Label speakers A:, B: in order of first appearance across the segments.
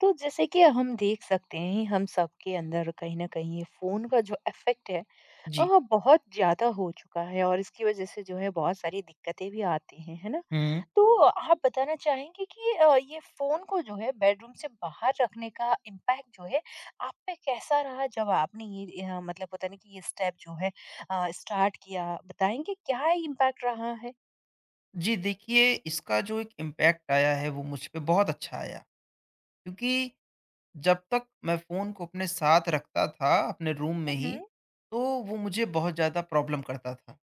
A: तो जैसे कि हम देख सकते हैं हम सबके अंदर कहीं न कहीं ये फ़ोन का जो इफ़ेक्ट है
B: जी।
A: बहुत ज़्यादा हो चुका है और इसकी वज़ह से जो है बहुत सारी दिक्कतें भी आती हैं, है ना?
B: हुँ।
A: तो आप बताना चाहेंगे कि ये फ़ोन को जो है बेडरूम से बाहर रखने का इम्पैक्ट जो है आप पे कैसा रहा जब आपने ये मतलब होता है ना कि ये स्टेप जो है स्टार्ट किया, बताएँगे क्या इम्पैक्ट रहा है?
B: जी, देखिए इसका जो एक इम्पैक्ट आया है वो मुझ पे बहुत अच्छा आया। क्योंकि जब तक मैं फ़ोन को अपने साथ रखता था अपने रूम में
A: हुँ,
B: ही,
A: हुँ।
B: तो वो मुझे बहुत ज़्यादा प्रॉब्लम करता था।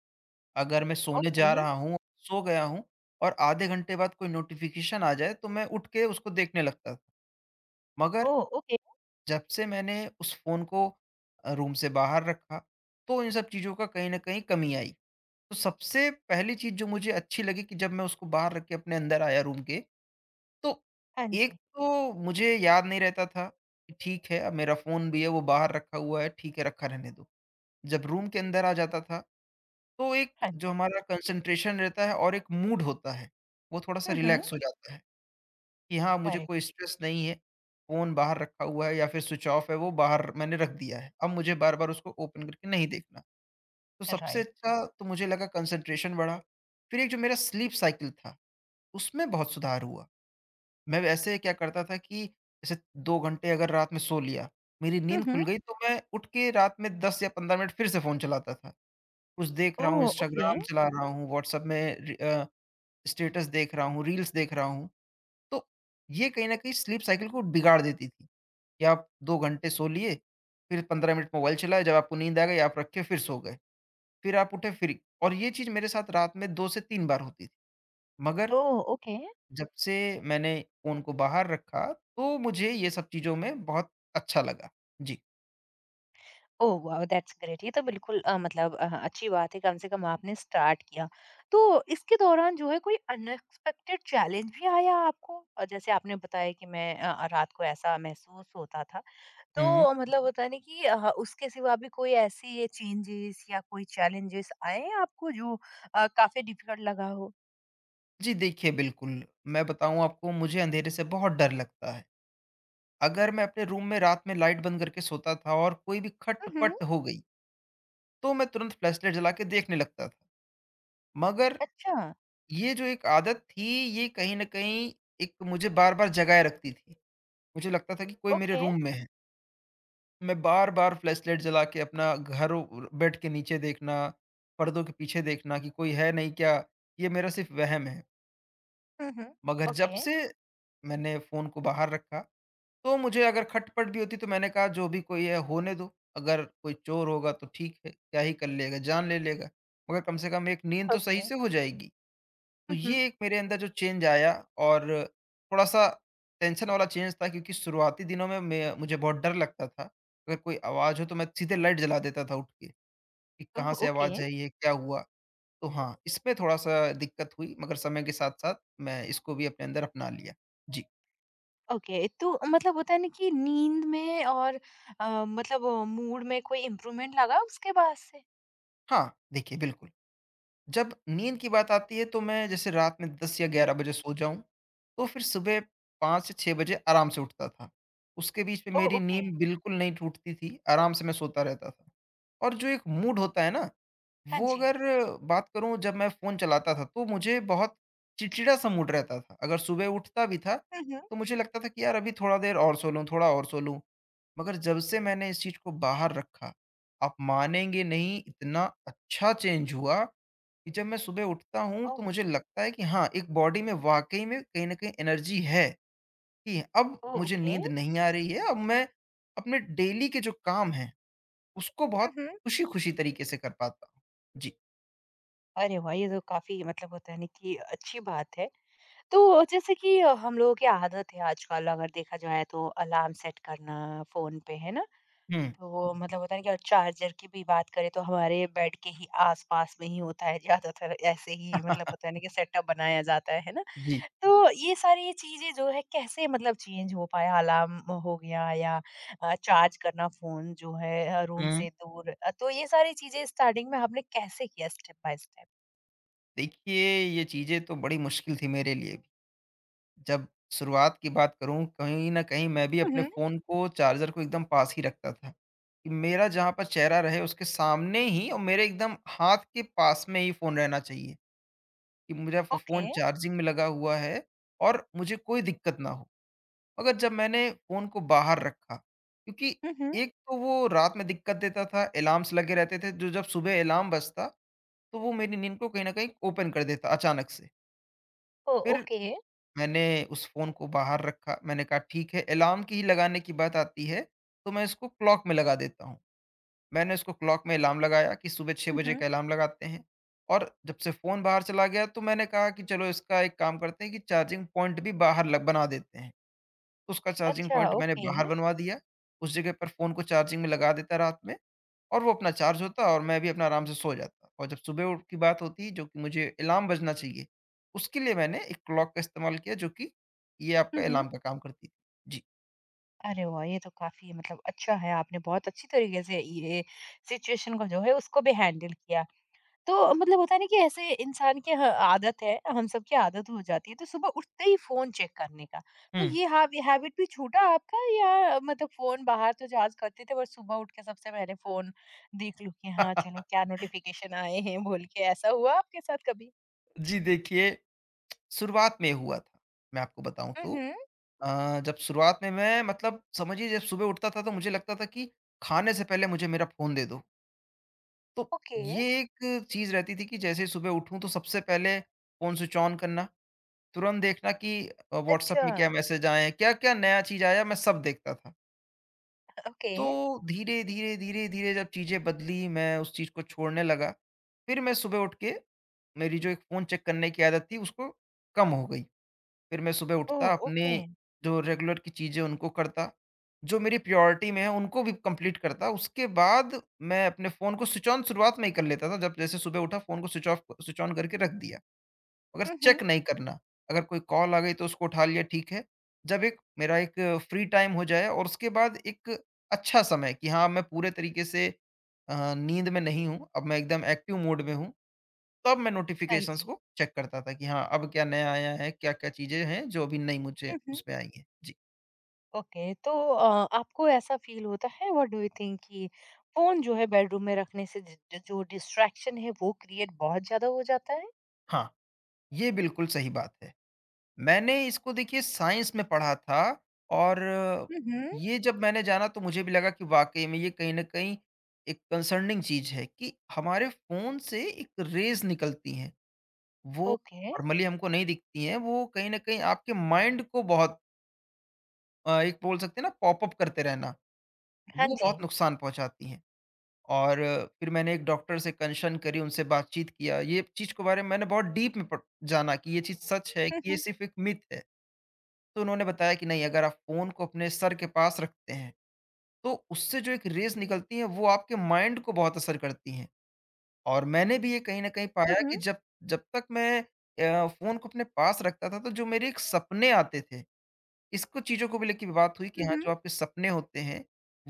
B: अगर मैं सोने जा
A: ओके।
B: रहा हूँ, सो गया हूँ और आधे घंटे बाद कोई नोटिफ़िकेशन आ जाए तो मैं उठ के उसको देखने लगता था। मगर
A: ओह! ओके।
B: जब से मैंने उस फ़ोन को रूम से बाहर रखा, तो इन सब चीज़ों का कहीं न कहीं कमी आई। तो सबसे पहली चीज़ जो मुझे अच्छी लगी कि जब मैं उसको बाहर रख के अपने अंदर आया रूम के, तो
A: हाँ
B: एक
A: जी।
B: तो मुझे याद नहीं रहता था कि ठीक है, अब मेरा फ़ोन भी है वो बाहर रखा हुआ है, ठीक है रखा रहने दो। जब रूम के अंदर आ जाता था, तो एक
A: हाँ
B: जो
A: जी।
B: हमारा कंसंट्रेशन रहता है और एक मूड होता है, वो थोड़ा-सा
A: हुँ, हुँ।
B: रिलैक्स हो जाता है कि हाँ, मुझे
A: करेक्ट।
B: कोई स्ट्रेस नहीं है, फ़ोन बाहर रखा हुआ है या फिर स्विच ऑफ है वो बाहर मैंने रख दिया है। अब मुझे बार-बार उसको ओपन करके नहीं देखना। तो सबसे
A: राइट।
B: अच्छा तो मुझे लगा कंसंट्रेशन बढ़ा। फिर एक जो मेरा स्लीप साइकिल था, उसमें बहुत सुधार हुआ। मैं वैसे क्या करता था कि जैसे 2 घंटे अगर रात में सो लिया, मेरी
A: हुँ,
B: नींद
A: हुँ।
B: खुल गई तो मैं उठ के रात में 10 या 15 मिनट फिर से फ़ोन चलाता था। कुछ देख रहा हूँ,
A: ओह! ओके।
B: इंस्टाग्राम चला रहा हूँ, व्हाट्सएप में स्टेटस देख रहा हूँ, रील्स देख रहा हूँ। तो ये कहीं न कहीं स्लीप साइकिल को बिगाड़ देती थी कि आप 2 घंटे सो लिए, फिर 15 मिनट मोबाइल चलाए, जब आपको नींद आ गई आप रखे फिर सो गए। फिर आप उठे फ्री और ये चीज़ मेरे साथ रात में 2 से 3 बार होती थी। मगर
A: ओह! ओके।
B: जब से मैंने फ़ोन को बाहर रखा, तो मुझे ये सब चीज़ों में बहुत अच्छा लगा। जी।
A: Oh wow! दैट्स ग्रेट, ये तो बिल्कुल मतलब अच्छी बात है, कम से कम आपने स्टार्ट किया। तो इसके दौरान जो है कोई अनएक्सपेक्टेड चैलेंज भी आया आपको? जैसे आपने बताया कि मैं रात को ऐसा महसूस होता था।
B: हुँ।
A: तो मतलब होता है ना कि उसके सिवा भी कोई ऐसी चेंजेस या कोई चैलेंजेस आए हैं आपको जो काफ़ी डिफिकल्ट लगा हो?
B: जी, देखिए बिल्कुल, मैं बताऊँ आपको मुझे अंधेरे से बहुत डर लगता है। अगर मैं अपने रूम में रात में लाइट बंद करके सोता था और कोई भी
A: हुँ, हुँ।
B: खटपट हो गई, तो मैं तुरंत फ्लैशलाइट जला के देखने लगता था। मगर
A: अच्छा।
B: ये जो एक आदत थी, ये कहीं न कहीं एक मुझे बार-बार जगाए रखती थी। मुझे लगता था कि कोई मेरे
A: ओके।
B: रूम में है। मैं बार-बार फ्लैशलाइट जला के अपना घर र बेड के नीचे देखना, पर्दों के पीछे देखना कि कोई है नहीं क्या? ये मेरा सिर्फ़ वहम है।
A: हुँ, हुँ।
B: मगर जब
A: ओके।
B: से मैंने फ़ोन को बाहर रखा, तो मुझे अगर खटपट भी होती तो मैंने कहा जो भी कोई है होने दो, अगर कोई चोर होगा तो ठीक है, क्या ही कर लेगा, जान ले लेगा। मगर कम से कम एक नींद तो सही
A: ओके।
B: से हो जाएगी। तो
A: हुँ, हुँ।
B: ये एक मेरे अंदर जो चेंज आया और थोड़ा-सा टेंशन वाला चेंज था क्योंकि शुरुआती दिनों में मैं मुझे बहुत डर लगता था। अगर कोई आवाज़ हो तो मैं सीधे लाइट जला देता था उठ के, कि
A: ओह!
B: कहाँ से
A: ओके।
B: आवाज़ आई है, क्या हुआ? तो हाँ, इसमें थोड़ा-सा दिक्कत हुई मगर समय के साथ-साथ मैं इसको भी अपने अंदर अपना लिया। जी।
A: ओके, तो मतलब होता है ना कि नींद में और मतलब मूड में कोई इम्प्रूवमेंट लगा उसके बाद से?
B: हाँ, देखिए बिल्कुल। जब नींद की बात आती है तो मैं जैसे रात में 10 या
A: हम्म।
B: 11 बजे सो जाऊँ, तो फिर सुबह 5 से 6 बजे आराम से उठता था। उसके बीच में
A: ओ
B: मेरी
A: ओके।
B: नींद बिल्कुल नहीं टूटती थी, आराम से मैं सोता रहता था। और जो एक मूड होता है ना,
A: हाँ
B: वो
A: जी।
B: अगर बात करूँ जब मैं फ़ोन चलाता था तो मुझे बहुत चिड़चिड़ा-सा मूड रहता था। अगर सुबह उठता भी था,
A: हम्म।
B: तो मुझे लगता था कि यार अभी थोड़ा देर और सो लूँ, थोड़ा और सो लूँ। मगर जब से मैंने इस चीज़ को बाहर रखा, आप मानेंगे नहीं इतना अच्छा चेंज हुआ कि जब मैं सुबह उठता हूँ तो
A: ओह।
B: मुझे लगता है कि हाँ, एक बॉडी में वाक़ई में कहीं न कहीं एनर्जी है कि अब
A: ओ
B: मुझे
A: ओके।
B: नींद नहीं आ रही है, अब मैं अपने डेली के जो काम हैं, उसको बहुत
A: हम्म।
B: खुशी-खुशी तरीके से कर पाता हूँ। जी।
A: अरे वाह, ये तो काफी मतलब होता है ना कि अच्छी बात है। तो जैसे कि हम लोगों की आदत है आजकल अगर देखा जाए तो अलार्म सेट करना फोन पे, है ना?
B: हुँ।
A: तो वो मतलब होता है ना कि और चार्जर की भी बात करें तो हमारे बेड के ही आसपास में ही होता है ज्यादातर, ऐसे ही मतलब होता है ना कि सेटअप बनाया जाता है ना?
B: जी।
A: तो ये सारी चीज़ें जो है कैसे मतलब चेंज हो पाया? अलार्म हो गया या चार्ज करना फ़ोन जो है रूम
B: हुँ।
A: से दूर, तो ये सारी चीज़ें स्टार्टिंग में आपने कैसे किया, स्टेप बाय स्टेप?
B: देखिए, ये चीज़ें तो बड़ी मुश्किल थी मेरे लिए भी। जब शुरुआत की बात करूँ, कहीं न कहीं मैं भी
A: हुँ,
B: अपने
A: हुँ।
B: फ़ोन को, चार्जर को एकदम पास ही रखता था कि मेरा जहाँ पर चेहरा रहे उसके सामने ही और मेरे एकदम हाथ के पास में ही फ़ोन रहना चाहिए। कि मेरा फ़ो
A: ओके।
B: फ़ोन चार्जिंग में लगा हुआ है और मुझे कोई दिक्कत ना हो। मगर जब मैंने फ़ोन को बाहर रखा क्योंकि
A: हुँ, हुँ।
B: एक तो वो रात में दिक्कत देता था, अलार्म्स लगे रहते थे जो जब सुबह अलार्म बजता तो वो मेरी नींद को कहीं न कहीं ओपन कर देता अचानक से।
A: ओ
B: फिर
A: ओके।
B: मैंने उस फ़ोन को बाहर रखा, मैंने कहा ठीक है अलार्म की ही लगाने की बात आती है, तो मैं इसको क्लॉक में लगा देता हूँ। मैंने उसको क्लॉक में अलार्म लगाया कि सुबह 6
A: हुँ,
B: बजे
A: हुँ।
B: का अलार्म लगाते हैं और जब से फ़ोन बाहर चला गया तो मैंने कहा कि चलो इसका एक काम करते हैं कि चार्जिंग पॉइंट भी बाहर लग बना देते हैं। तो उसका चार्जिंग
A: अच्छा,
B: पॉइंट मैंने
A: ओके।
B: बाहर बनवा दिया, उस जगह पर फ़ोन को चार्जिंग में लगा देता रात में और वो अपना चार्ज होता और मैं भी अपना आराम से सो जाता। और जब सुबह उठ की बात होती जो कि मुझे अलार्म बजना चाहिए, उसके लिए मैंने एक क्लॉक का इस्तेमाल किया जो कि ये
A: हुँ,
B: आपका
A: हुँ।
B: अलार्म का काम करती थी। जी।
A: अरे वाह! ये तो काफ़ी मतलब अच्छा है, आपने बहुत अच्छी तरीके से ये सिचुएशन को जो है उसको भी हैंडल किया। तो मतलब होता है ना कि ऐसे इंसान की ह आदत है, हम सब की आदत हो जाती है, तो सुबह उठते ही फ़ोन चेक करने का।
B: हुँ।
A: तो ये हैबिट भी छूटा आपका? या मतलब फ़ोन बाहर तो जहाज़ करते थे, पर सुबह उठ के सबसे पहले फ़ोन देख लो कि हाँ, चलो क्या नोटिफ़िकेशन आए हैं बोल के, ऐसा हुआ आपके साथ कभी?
B: जी देखिए, शुरुआत में हुआ था, मैं आपको बताऊँ
A: हुँ,
B: तो।
A: हुँ।
B: जब शुरुआत में मैं मतलब समझिए जब सुबह उठता था तो मुझे लगता था कि खाने से पहले मुझे मेरा फ़ोन दे दो। तो
A: ओके।
B: ये एक चीज़ रहती थी कि जैसे ही सुबह उठूँ तो सबसे पहले फ़ोन स्विच ऑन करना, तुरंत देखना कि व्हाट्सएप
A: अच्छा,
B: में क्या मैसेज आए हैं, क्या-क्या नया चीज़ आया मैं सब देखता था।
A: ओके।
B: तो धीरे, धीरे, धीरे, धीरे जब चीज़ें बदली मैं उस चीज़ को छोड़ने लगा। फिर मैं सुबह उठ के मेरी जो एक फ़ोन चेक करने की आदत थी उसको कम हो गई। फिर मैं सुबह
A: ओह!
B: उठता अपने
A: ओके।
B: जो रेगुलर की चीज़ें उनको करता, जो मेरी प्रायोरिटी में है उनको भी कंप्लीट करता, उसके बाद मैं अपने फ़ोन को स्विच ऑन शुरुआत में ही कर लेता था, जब जैसे सुबह उठा फ़ोन को स्विच ऑफ स्विच ऑन करके रख दिया, मगर
A: हुँ, हुँ।
B: चेक नहीं करना, अगर कोई कॉल आ गई तो उसको उठा लिया ठीक है, जब एक मेरा एक फ्री टाइम हो जाए और उसके बाद एक अच्छा समय कि हाँ, मैं पूरे तरीके से नींद में नहीं हूँ, अब मैं एकदम एक्टिव मोड में हूँ। तब मैं
A: हाँ
B: नोटिफ़िकेशंस
A: जी।
B: को चेक करता था कि हाँ, अब क्या नया आया है, क्या-क्या चीज़ें हैं जो अभी नई मुझे
A: हुँ, हुँ।
B: उसमें आई हैं। जी,
A: ओके, तो आपको ऐसा फील होता है, व्हाट डू यू थिंक, कि फोन जो है बेडरूम में रखने से जो डिस्ट्रैक्शन है वो क्रिएट बहुत ज्यादा हो जाता है?
B: हाँ, ये बिल्कुल सही बात है। मैंने इसको देखिए साइंस में पढ़ा था और
A: हम्म।
B: ये जब मैंने जाना तो मुझे भी लगा कि वाक़ई में ये कहीं न कहीं एक कंसर्निंग चीज़ है कि हमारे फ़ोन से एक रेज़ निकलती हैं। वो
A: ओके।
B: नॉर्मली हमको नहीं दिखती हैं, वो कहीं न कहीं आपके माइंड को बहुत एक बोल सकते हैं ना पॉप अप करते रहना,
A: हाँ
B: वो
A: जी।
B: बहुत नुकसान पहुँचाती हैं। और फिर मैंने एक डॉक्टर से कंसल्ट करी, उनसे बातचीत किया। ये चीज़ के बारे में मैंने बहुत डीप में प जाना कि ये चीज़ सच है
A: हम्म।
B: कि ये
A: हम्म।
B: सिर्फ़ एक मिथ है। तो उन्होंने बताया कि नहीं अगर आप फ़ोन को अपने सर के पास रखते हैं, तो उससे जो एक रेज़ निकलती हैं वो आपके माइंड को बहुत असर करती हैं। और मैंने भी ये कहीं न कहीं पाया
A: हम्म।
B: कि जब जब तक मैं फ़ोन को अपने पास रखता था तो जो मेरे एक सपने आते थे इसको चीज़ों को भी लेके विवाद हुई कि हाँ,
A: हम्म।
B: जो आपके सपने होते हैं,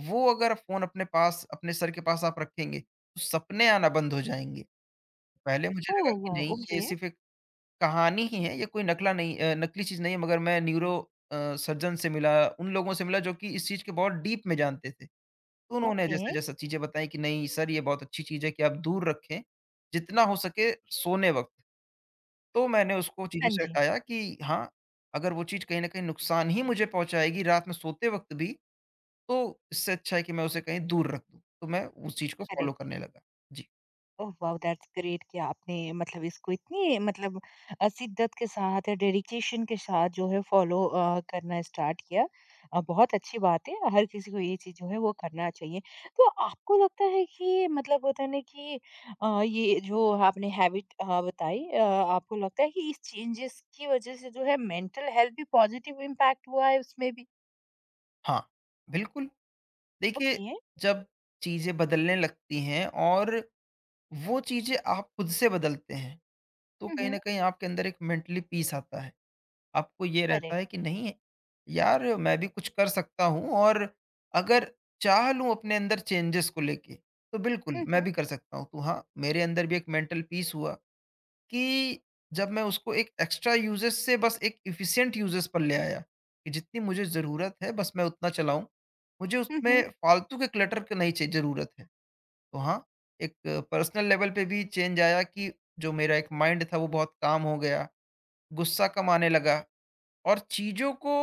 B: वो अगर फ़ोन अपने पास अपने सर के पास आप रखेंगे, तो सपने आना बंद हो जाएँगे। पहले मुझे
A: ओह
B: लगा कि
A: वाह,
B: नहीं, ये
A: ओके।
B: सिर्फ़ एक कहानी ही है, ये कोई नकला नहीं अ, नकली चीज़ नहीं है, मगर मैं न्यूरो सर्जन से मिला, उन लोगों से मिला जो कि इस चीज़ के बहुत डीप में जानते थे। तो उन्होंने
A: ओके।
B: जैसे-जैसे चीज़ें बताई कि नहीं सर, ये बहुत अच्छी चीज़ है कि आप दूर रखें, जितना हो सके सोने वक़्त। तो मैंने उसको चीज़ों
A: हाँ
B: से
A: जी।
B: हटाया कि हाँ, अगर वो चीज़ कहीं न कहीं नुकसान ही मुझे पहुँचाएगी रात में सोते वक़्त भी, तो इससे अच्छा है कि मैं उसे कहीं दूर रख दूँ। तो मैं उस चीज़ को फ़ॉलो
A: करेक्ट।
B: करने लगा। जी।
A: Oh wow! दैट्स ग्रेट कि आपने मतलब इसको इतनी मतलब शिद्दत के साथ या डेडिकेशन के साथ जो है फ़ॉलो करना स्टार्ट किया। बहुत अच्छी बात है, हर किसी को ये चीज़ जो है वो करना चाहिए। तो आपको लगता है कि मतलब होता है ना कि ये जो आपने हैबिट बताई, आपको लगता है कि इस चेंजेस की वज़ह से जो है मेंटल हेल्थ भी पॉज़िटिव इम्पैक्ट हुआ है उसमें भी?
B: हाँ, बिल्कुल। देखिए,
A: ओके।
B: जब चीज़ें बदलने लगती हैं और वो चीज़ें आप खुद से बदलते हैं, तो
A: हुँ,
B: कहीं
A: हुँ।
B: न कहीं आपके अंदर एक मेंटली पीस आता है। आपको ये रहता
A: करेक्ट।
B: है कि नहीं यार मैं भी कुछ कर सकता हूँ और अगर चाह लूँ अपने अंदर चेंजेस को लेके तो बिल्कुल
A: हुँ,
B: मैं
A: हुँ।
B: भी कर सकता हूँ तो हाँ मेरे अंदर भी एक मेंटल पीस हुआ कि जब मैं उसको एक एक्स्ट्रा यूजेस से बस एक इफिशिएंट यूजेस पर ले आया कि जितनी मुझे ज़रूरत है बस मैं उतना चलाऊँ। मुझे
A: हुँ, हुँ।
B: उसमें फालतू के क्लटर की नहीं चाहिए ज़रूरत है। तो हाँ, एक पर्सनल लेवल पे भी चेंज आया कि जो मेरा एक माइंड था वो बहुत काम हो गया, गुस्सा कम आने लगा और चीज़ों को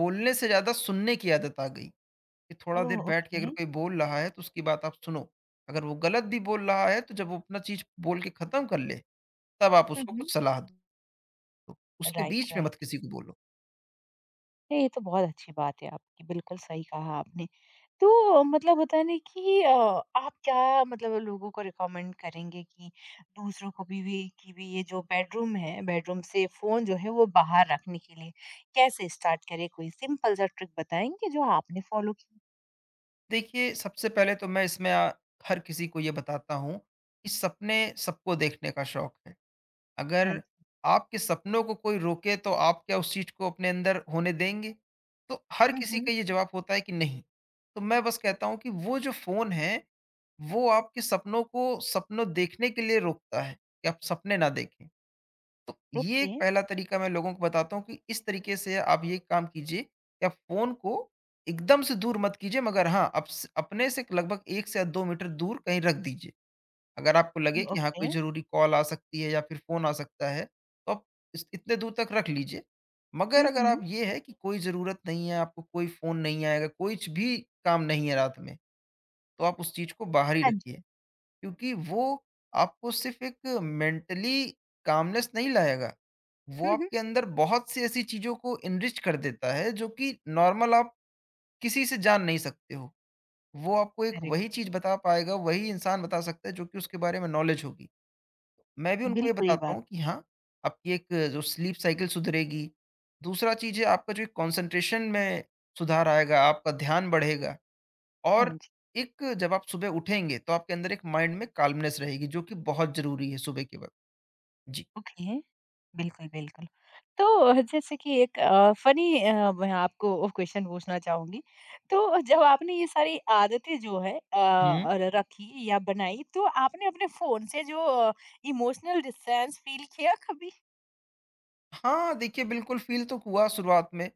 B: बोलने से ज़्यादा सुनने की आदत आ गई कि थोड़ा
A: ओह!
B: देर बैठ के अगर
A: ओके।
B: कोई बोल रहा है तो उसकी बात आप सुनो। अगर वो गलत भी बोल रहा है तो जब वो अपना चीज़ बोल के ख़त्म कर ले, तब आप
A: हुँ,
B: उसको
A: हुँ।
B: कुछ सलाह दो। उसके
A: राइट,
B: बीच में मत
A: राइट।
B: किसी को बोलो।
A: नहीं, ये तो बहुत अच्छी बात है आपकी, बिल्कुल सही कहा आपने। तो मतलब होता है ना कि आप क्या मतलब लोगों को रिकमेंड करेंगे कि दूसरों को भी ये जो बेडरूम है, बेडरूम से फ़ोन जो है वो बाहर रखने के लिए कैसे स्टार्ट करें? कोई सिंपल सा ट्रिक बताएँगे जो आपने फ़ॉलो की?
B: देखिए, सबसे पहले तो मैं इसमें हर किसी को ये बताता हूँ कि सपने सबको देखने का शौक है।
A: हाँ
B: अगर
A: जी।
B: आपके सपनों को कोई रोके तो आप क्या उस चीज को अपने अंदर होने देंगे? तो हर
A: हुँ,
B: किसी
A: हुँ।
B: का ये जवाब होता है कि नहीं। तो मैं बस कहता हूँ कि वो जो फ़ोन है, वो आपके सपनों देखने के लिए रोकता है कि आप सपने ना देखें। तो ये
A: ओके।
B: एक पहला तरीका मैं लोगों को बताता हूँ कि इस तरीके से आप ये काम कीजिए कि आप फ़ोन को एकदम से दूर मत कीजिए, मगर हाँ, आप स अपने से लगभग 1 से या 2 मीटर दूर कहीं रख दीजिए। अगर आपको लगे कि हाँ, कोई
A: ओके।
B: ज़रूरी कॉल आ सकती है या फिर फ़ोन आ सकता है, तो आप इस इतने दूर तक रख लीजिए। मगर
A: हुँ,
B: अगर आप
A: हुँ।
B: ये है कि कोई ज़रूरत नहीं है, आपको कोई फ़ोन नहीं आएगा, कुछ भी काम नहीं है रात में, तो आप उस चीज़ को बाहर ही
A: हाँ
B: रखिए।
A: जी।
B: क्योंकि वो आपको सिर्फ़ एक मेंटली कामनेस नहीं लाएगा, वो
A: हुँ, हुँ।
B: आपके अंदर बहुत सी ऐसी चीज़ों को एनरिच कर देता है, जो कि नॉर्मल आप किसी से जान नहीं सकते हो। वो आपको एक
A: करेक्ट,
B: वही चीज़ बता पाएगा, वही इंसान बता सकता है, जो कि उसके बारे में नॉलेज होगी। मैं भी उनको ये
A: बिल्कुल ये
B: बताता
A: बात।
B: हूँ कि हाँ, आपकी एक जो स्लीप साइकिल सुधरेगी। दूसरा चीज़ है आपका जो एक कॉन्सन्ट्रेशन में सुधार आएगा, आपका ध्यान बढ़ेगा,
A: हाँ
B: और
A: जी।
B: एक जब आप सुबह उठेंगे तो आपके अंदर एक माइंड में काल्मनेस रहेगी जो कि बहुत ज़रूरी है सुबह के वक़्त। जी।
A: ओके। बिल्कुल, बिल्कुल। तो जैसे कि एक फ़नी मैं आपको क्वेश्चन पूछना चाहूँगी। तो जब आपने ये सारी आदतें जो है
B: हुँ।
A: र रखी या बनाई, तो आपने अपने फ़ोन से जो इमोशनल डिस्टेंस फ़ील किया कभी?
B: हाँ, देखिए बिल्कुल फ़ील तो हुआ शुरुआत में।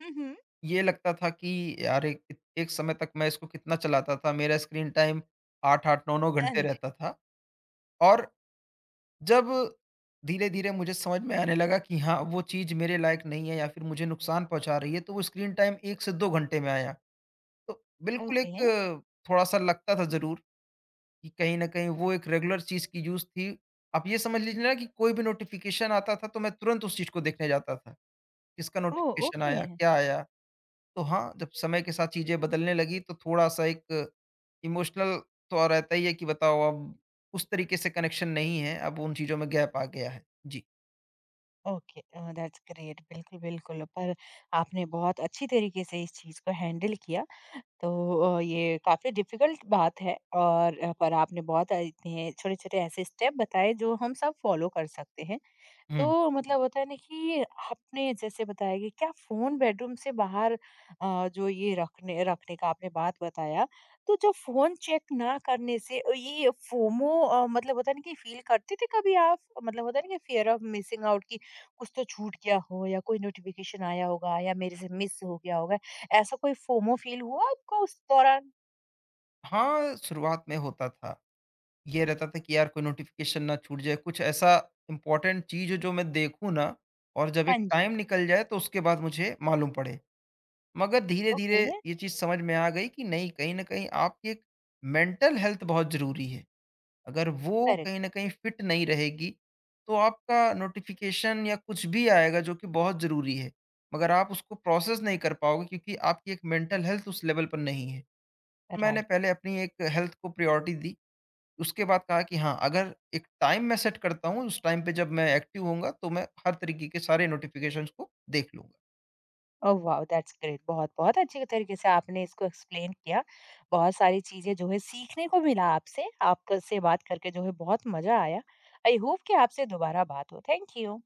A: हुँ, हुँ।
B: ये लगता था कि यार एक एक समय तक मैं इसको कितना चलाता था, मेरा स्क्रीन टाइम 8-8, 9-9
A: हाँ
B: घंटे
A: जी।
B: रहता था। और जब धीरे-धीरे मुझे समझ में आने लगा कि हाँ, वो चीज़ मेरे लायक नहीं है या फिर मुझे नुकसान पहुँचा रही है, तो वो स्क्रीन टाइम 1 से 2 घंटे में आया। तो बिल्कुल
A: ओके।
B: एक थोड़ा-सा लगता था ज़रूर कि कहीं न कहीं वो एक रेगुलर चीज़ की यूज़ थी। आप ये समझ लीजिए ना कि कोई भी नोटिफ़िकेशन आता था, तो मैं तुरंत उस चीज़ को देखने जाता था। किसका
A: ओह!
B: Notification
A: okay.
B: आया, क्या आया? तो हाँ, जब समय के साथ चीज़ें बदलने लगी तो थोड़ा-सा एक इमोशनल तो रहता ही है कि बताओ अब उस तरीके से कनेक्शन नहीं है, अब उन चीज़ों में गैप आ गया है। जी।
A: Okay, that's great. बिल्कुल, बिल्कुल, पर आपने बहुत अच्छी तरीके से इस चीज़ को हैंडल किया। तो ये काफ़ी डिफ़िकल्ट बात है और पर आपने बहुत इतने छोटे-छोटे ऐसे स्टेप बताए जो हम सब फॉलो कर सकते हैं।
B: हुँ।
A: तो मतलब होता है ना कि आपने जैसे बताया कि क्या फ़ोन बेडरूम से बाहर जो ये रखने रखने का आपने बात बताया, तो जब फ़ोन चेक ना करने से ये फोमो मतलब होता है ना कि फ़ील करते थे कभी आप? मतलब होता है ना कि फ़ियर ऑफ मिसिंग आउट, कि कुछ तो छूट गया हो या कोई नोटिफ़िकेशन आया होगा या मेरे से मिस हो गया होगा, ऐसा कोई फोमो फ़ील हुआ आपको उस दौरान?
B: हाँ, शुरुआत में होता था। ये रहता था कि यार कोई नोटिफ़िकेशन ना छूट जाए, कुछ ऐसा इम्पोर्टेंट चीज़ हो जो मैं देखूँ ना और जब एक
A: हाँ जी।
B: टाइम निकल जाए तो उसके बाद मुझे मालूम पड़े। मगर
A: ओके,
B: धीरे-धीरे ये चीज़ समझ में आ गई कि नहीं, कहीं न कहीं आपकी एक मेंटल हेल्थ बहुत ज़रूरी है। अगर वो
A: करेक्ट,
B: कहीं न कहीं फिट नहीं रहेगी, तो आपका नोटिफ़िकेशन या कुछ भी आएगा जो कि बहुत ज़रूरी है, मगर आप उसको प्रोसेस नहीं कर पाओगे क्योंकि आपकी एक मेंटल हेल्थ उस लेवल पर नहीं है। मैंने
A: राइट।
B: पहले अपनी एक हेल्थ को प्रायोरिटी दी। उसके बाद कहा कि हाँ, अगर एक टाइम मैं सेट करता हूँ, उस टाइम पे जब मैं एक्टिव होऊँगा, तो मैं हर तरीके के सारे नोटिफ़िकेशंस को देख लूँगा।
A: Oh wow! That's great. बहुत, बहुत अच्छे तरीके से आपने इसको एक्सप्लेन किया। बहुत सारी चीज़ें जो है सीखने को मिला आपसे। आपसे बात करके जो है बहुत मज़ा आया। आई होप कि आपसे दोबारा बात हो। Thank you.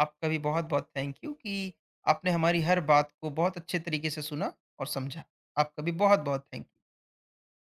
B: आपका भी बहुत-बहुत थैंक यू कि आपने हमारी हर बात को बहुत अच्छे तरीके से सुना और समझा। आपका भी बहुत-बहुत थैंक